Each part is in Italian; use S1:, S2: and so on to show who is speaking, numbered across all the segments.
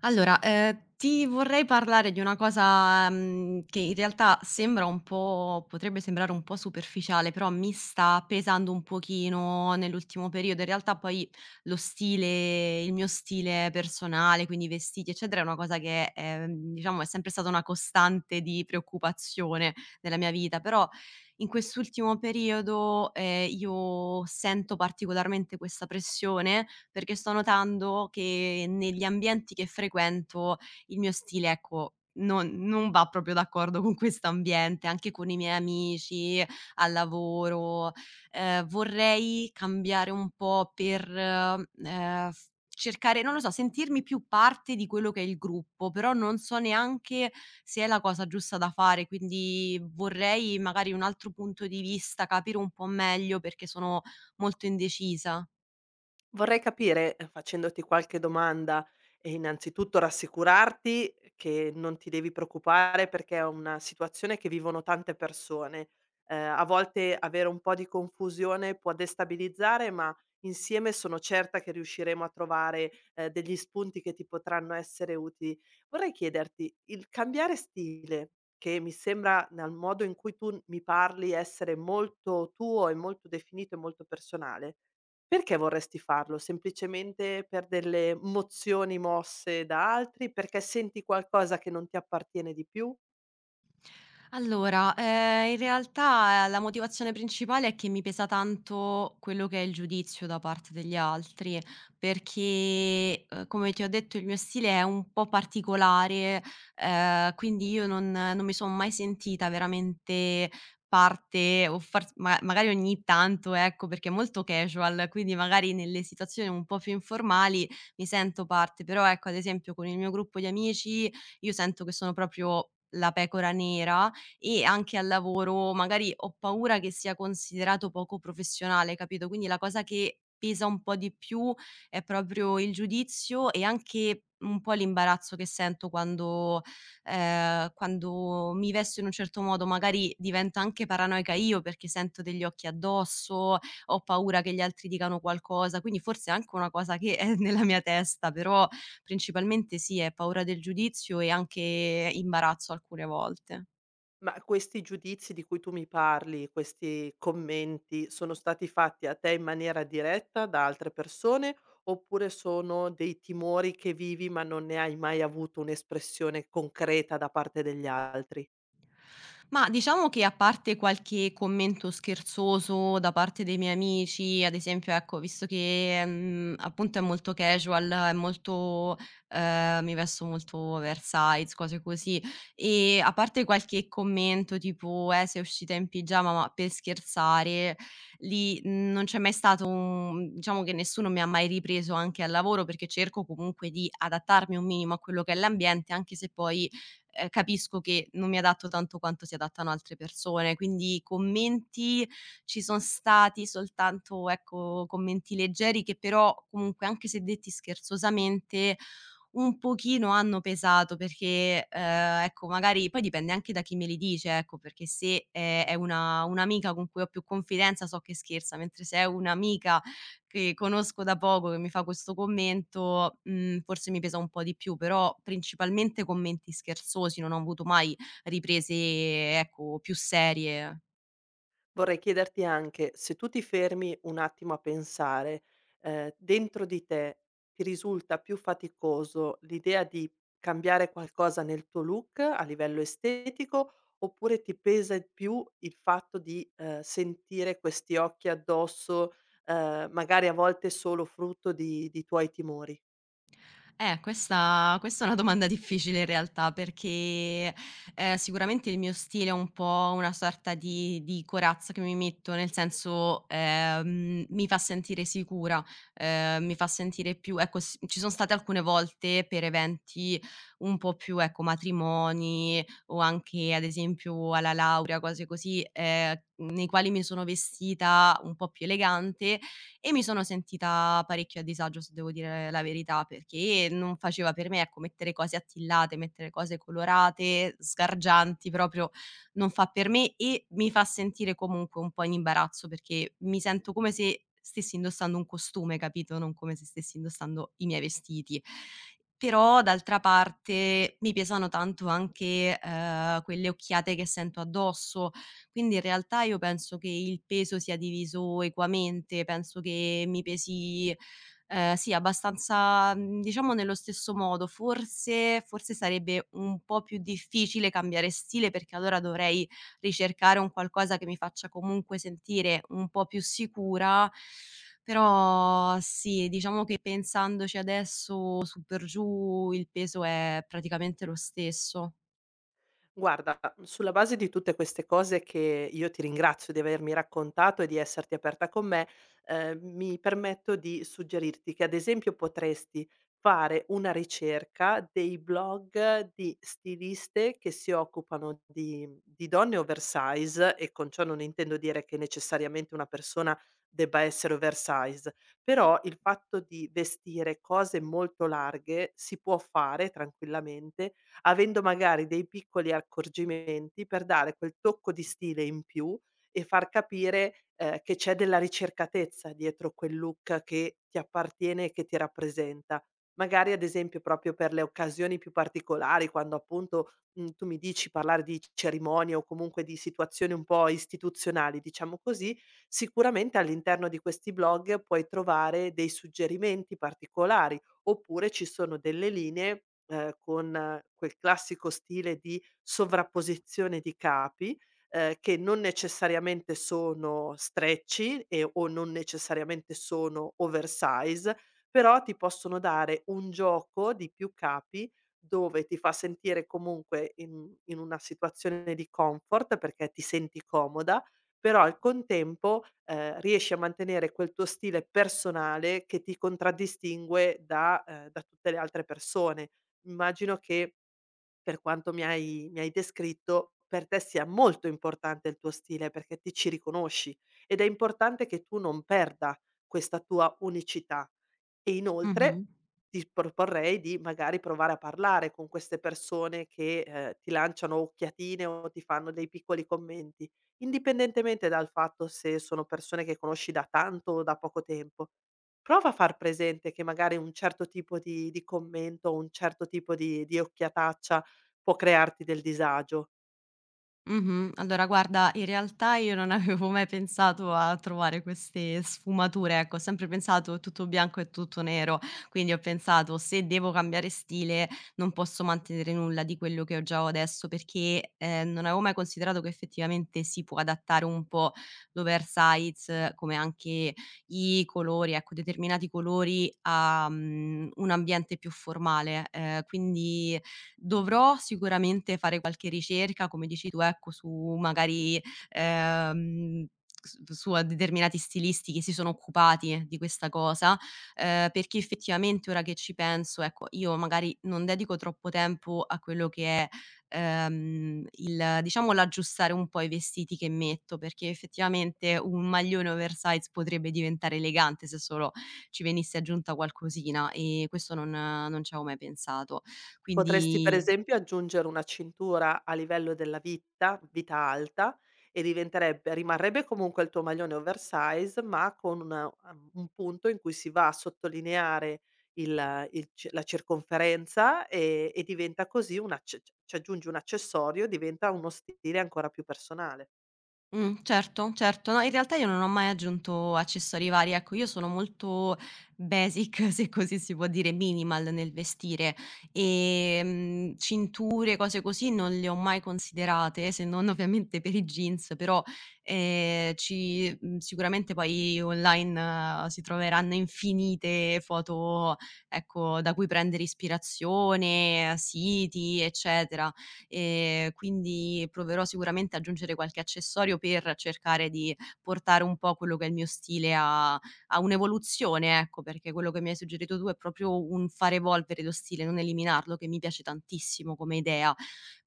S1: Allora, ti vorrei parlare di una cosa, che in realtà sembra un po' potrebbe sembrare un po' superficiale, però mi sta pesando un pochino nell'ultimo periodo. In realtà poi lo stile il mio stile personale, quindi i vestiti eccetera, è una cosa che, diciamo è sempre stata una costante di preoccupazione nella mia vita, però in quest'ultimo periodo, io sento particolarmente questa pressione perché sto notando che negli ambienti che frequento il mio stile, ecco, non va proprio d'accordo con questo ambiente, anche con i miei amici, al lavoro. Vorrei cambiare un po' per, f cercare non lo so, sentirmi più parte di quello che è il gruppo, però non so neanche se è la cosa giusta da fare, quindi vorrei magari un altro punto di vista, capire un po' meglio perché sono molto indecisa.
S2: Vorrei capire, facendoti qualche domanda, innanzitutto rassicurarti che non ti devi preoccupare perché è una situazione che vivono tante persone. A volte avere un po' di confusione può destabilizzare, ma insieme sono certa che riusciremo a trovare, degli spunti che ti potranno essere utili. Vorrei chiederti, il cambiare stile, che mi sembra dal modo in cui tu mi parli essere molto tuo e molto definito e molto personale, perché vorresti farlo? Semplicemente per delle mozioni mosse da altri? Perché senti qualcosa che non ti appartiene di più?
S1: Allora, in realtà, la motivazione principale è che mi pesa tanto quello che è il giudizio da parte degli altri, perché, come ti ho detto il mio stile è un po' particolare, quindi io non mi son mai sentita veramente parte o far s ma magari ogni tanto, ecco, perché è molto casual, quindi magari nelle situazioni un po' più informali mi sento parte, però ecco, ad esempio con il mio gruppo di amici io sento che sono proprio la pecora nera e anche al lavoro magari ho paura che sia considerato poco professionale, capito? Quindi la cosa che pesa un po' di più è proprio il giudizio e anche un po' l'imbarazzo che sento quando, quando mi vesto in un certo modo, magari divento anche paranoica io perché sento degli occhi addosso, ho paura che gli altri dicano qualcosa, quindi forse è anche una cosa che è nella mia testa, però principalmente sì, è paura del giudizio e anche imbarazzo alcune volte.
S2: Ma questi giudizi di cui tu mi parli, questi commenti, sono stati fatti a te in maniera diretta da altre persone oppure sono dei timori che vivi ma non ne hai mai avuto un'espressione concreta da parte degli altri?
S1: Ma diciamo che a parte qualche commento scherzoso da parte dei miei amici, ad esempio, ecco, visto che, appunto è molto casual, è molto mi vesto molto oversize, cose così, e a parte qualche commento tipo: sei uscita in pigiama", ma per scherzare, non c'è mai stato un diciamo che nessuno mi ha mai ripreso anche al lavoro, perché cerco comunque di adattarmi un minimo a quello che è l'ambiente, anche se poi capisco che non mi adatto tanto quanto si adattano altre persone, quindi i commenti ci son stati soltanto, ecco, commenti leggeri che però comunque, anche se detti scherzosamente, un pochino hanno pesato perché, ecco, magari poi dipende anche da chi me li dice, ecco, perché se è una un'amica con cui ho più confidenza so che scherza, mentre se è un'amica che conosco da poco che mi fa questo commento, forse mi pesa un po' di più, però principalmente commenti scherzosi, non ho avuto mai riprese, ecco, più serie.
S2: Vorrei chiederti anche se tu ti fermi un attimo a pensare, dentro di te ti risulta più faticoso l'idea di cambiare qualcosa nel tuo look a livello estetico, oppure ti pesa di più il fatto di, sentire questi occhi addosso, magari a volte solo frutto di tuoi timori?
S1: Questa è una domanda difficile in realtà perché, sicuramente il mio stile è un po' una sorta di corazza che mi metto, nel senso, mi fa sentire sicura, mi fa sentire più ecco, s ci sono state alcune volte per eventi un po' più, ecco, matrimoni o anche ad esempio alla laurea, cose così, nei quali mi sono vestita un po' più elegante e mi sono sentita parecchio a disagio, se devo dire la verità, perché non faceva per me, ecco, mettere cose attillate, mettere cose colorate, sgargianti, proprio non fa per me e mi fa sentire comunque un po' in imbarazzo perché mi sento come se stessi indossando un costume, capito? Non come se stessi indossando i miei vestiti. Però d'altra parte mi pesano tanto anche quelle occhiate che sento addosso, quindi in realtà io penso che il peso sia diviso equamente, penso che mi pesi, sì abbastanza, diciamo nello stesso modo. Forse sarebbe un po' più difficile cambiare stile, perché allora dovrei ricercare un qualcosa che mi faccia comunque sentire un po' più sicura, però sì, diciamo che pensandoci adesso su per giù il peso è praticamente lo stesso.
S2: Guarda, sulla base di tutte queste cose che io ti ringrazio di avermi raccontato e di esserti aperta con me, mi permetto di suggerirti che ad esempio potresti fare una ricerca dei blog di stiliste che si occupano di donne oversize e con ciò non intendo dire che necessariamente una persona debba essere oversize, però il fatto di vestire cose molto larghe si può fare tranquillamente avendo magari dei piccoli accorgimenti per dare quel tocco di stile in più e far capire, che c'è della ricercatezza dietro quel look che ti appartiene e che ti rappresenta. Magari ad esempio proprio per le occasioni più particolari, quando appunto, mhmm, tu mi dici parlare di cerimonie o comunque di situazioni un po' istituzionali, diciamo così, sicuramente all'interno di questi blog puoi trovare dei suggerimenti particolari, oppure ci sono delle linee. Con quel classico stile di sovrapposizione di capi, che non necessariamente sono stretchy e o non necessariamente sono oversize, però ti possono dare un gioco di più capi, dove ti fa sentire comunque in una situazione di comfort, perché ti senti comoda, però al contempo, riesci a mantenere quel tuo stile personale che ti contraddistingue da da tutte le altre persone. Immagino che, per quanto mi hai descritto, per te sia molto importante il tuo stile perché ti ci riconosci ed è importante che tu non perda questa tua unicità. E inoltre
S1: Mh-mh.
S2: ti proporrei di magari provare a parlare con queste persone che, ti lanciano occhiatine o ti fanno dei piccoli commenti, indipendentemente dal fatto se sono persone che conosci da tanto o da poco tempo. Prova a far presente che magari un certo tipo di commento o un certo tipo di occhiataccia può crearti del disagio.
S1: Mh-mh. Allora guarda, in realtà io non avevo mai pensato a trovare queste sfumature, ecco, ho sempre pensato tutto bianco e tutto nero, quindi ho pensato: "Se devo cambiare stile non posso mantenere nulla di quello che ho già adesso", perché, non avevo mai considerato che effettivamente si può adattare un po' l'oversize, come anche i colori, ecco, determinati colori a, un ambiente più formale. Quindi dovrò sicuramente fare qualche ricerca, come dici tu, ecco, su magari, ehm, s su a determinati stilisti che si sono occupati di questa cosa, perché effettivamente ora che ci penso, ecco, io magari non dedico troppo tempo a quello che è, il diciamo l'aggiustare un po' i vestiti che metto, perché effettivamente un maglione oversize potrebbe diventare elegante se solo ci venisse aggiunta qualcosina e questo non ci avevo mai pensato.
S2: Potresti per
S1: Quindi
S2: esempio aggiungere una cintura a livello della vita alta e diventerebbe rimarrebbe comunque il tuo maglione oversize, ma con una un punto in cui si va a sottolineare il c la circonferenza, e diventa così un acc c ci aggiungi un accessorio, diventa uno stile ancora più personale.
S1: certo, certo. No, in realtà io non ho mai aggiunto accessori vari, ecco, io sono molto basic, se così si può dire, minimal nel vestire e cinture, cose così non le ho mai considerate, se non ovviamente per i jeans, però sicuramente poi online si troveranno infinite foto, ecco, da cui prendere ispirazione, siti, eccetera. Quindi proverò sicuramente ad aggiungere qualche accessorio per cercare di portare un po' quello che è il mio stile a un'evoluzione, ecco, perché quello che mi hai suggerito tu è proprio un far evolvere lo stile, non eliminarlo, che mi piace tantissimo come idea.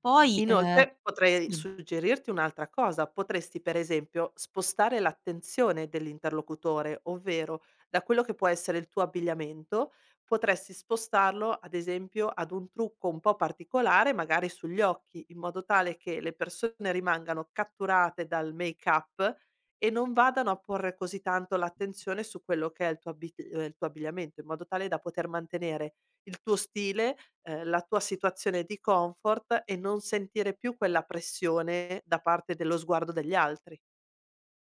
S1: Poi,
S2: Inoltre potrei
S1: sì.
S2: suggerirti un'altra cosa, potresti per esempio spostare l'attenzione dell'interlocutore, ovvero da quello che può essere il tuo abbigliamento, potresti spostarlo ad esempio ad un trucco un po' particolare, magari sugli occhi, in modo tale che le persone rimangano catturate dal make-up e non vadano a porre così tanto l'attenzione su quello che è il tuo il tuo abbigliamento, in modo tale da poter mantenere il tuo stile, la tua situazione di comfort e non sentire più quella pressione da parte dello sguardo degli altri.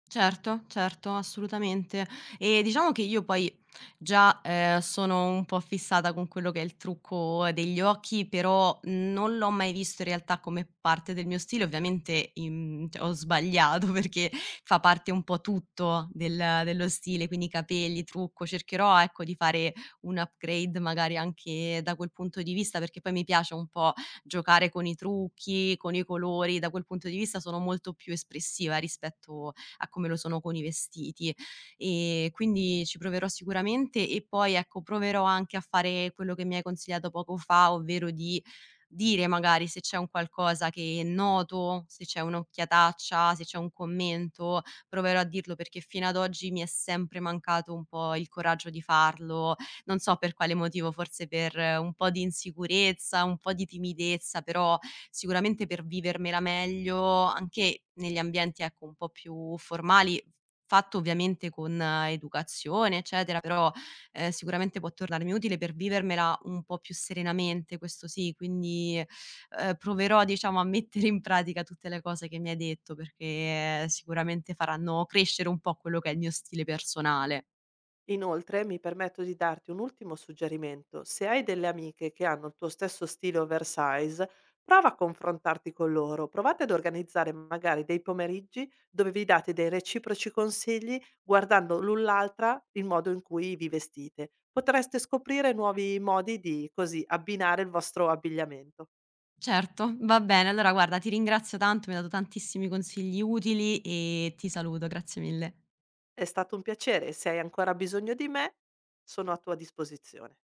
S1: Certo, certo, assolutamente. E diciamo che io poi già, sono un po' fissata con quello che è il trucco degli occhi, però non l'ho mai visto in realtà come parte del mio stile. Ovviamente, im cioè ho sbagliato perché fa parte un po' tutto dello stile, quindi capelli, trucco. Cercherò, ecco, di fare un upgrade magari anche da quel punto di vista, perché poi mi piace un po' giocare con i trucchi, con i colori. Da quel punto di vista sono molto più espressiva rispetto a come lo sono con i vestiti. E quindi ci proverò sicuramente e poi, ecco, proverò anche a fare quello che mi hai consigliato poco fa, ovvero di dire magari se c'è un qualcosa che noto, se c'è un'occhiataccia, se c'è un commento, proverò a dirlo perché fino ad oggi mi è sempre mancato un po' il coraggio di farlo, non so per quale motivo, forse per un po' di insicurezza, un po' di timidezza, però sicuramente per vivermela meglio anche negli ambienti, ecco, un po' più formali, fatto ovviamente con educazione, eccetera, però, sicuramente può tornarmi utile per vivermela un po' più serenamente, questo sì. Quindi, proverò diciamo a mettere in pratica tutte le cose che mi hai detto, perché sicuramente faranno crescere un po' quello che è il mio stile personale.
S2: Inoltre mi permetto di darti un ultimo suggerimento: se hai delle amiche che hanno il tuo stesso stile oversize, prova a confrontarti con loro, provate ad organizzare magari dei pomeriggi dove vi date dei reciproci consigli guardando l'un l'altra il modo in cui vi vestite. Potreste scoprire nuovi modi di, così, abbinare il vostro abbigliamento.
S1: Certo, va bene. Allora guarda, ti ringrazio tanto, mi hai dato tantissimi consigli utili e ti saluto. Grazie mille.
S2: È stato un piacere e se hai ancora bisogno di me, sono a tua disposizione.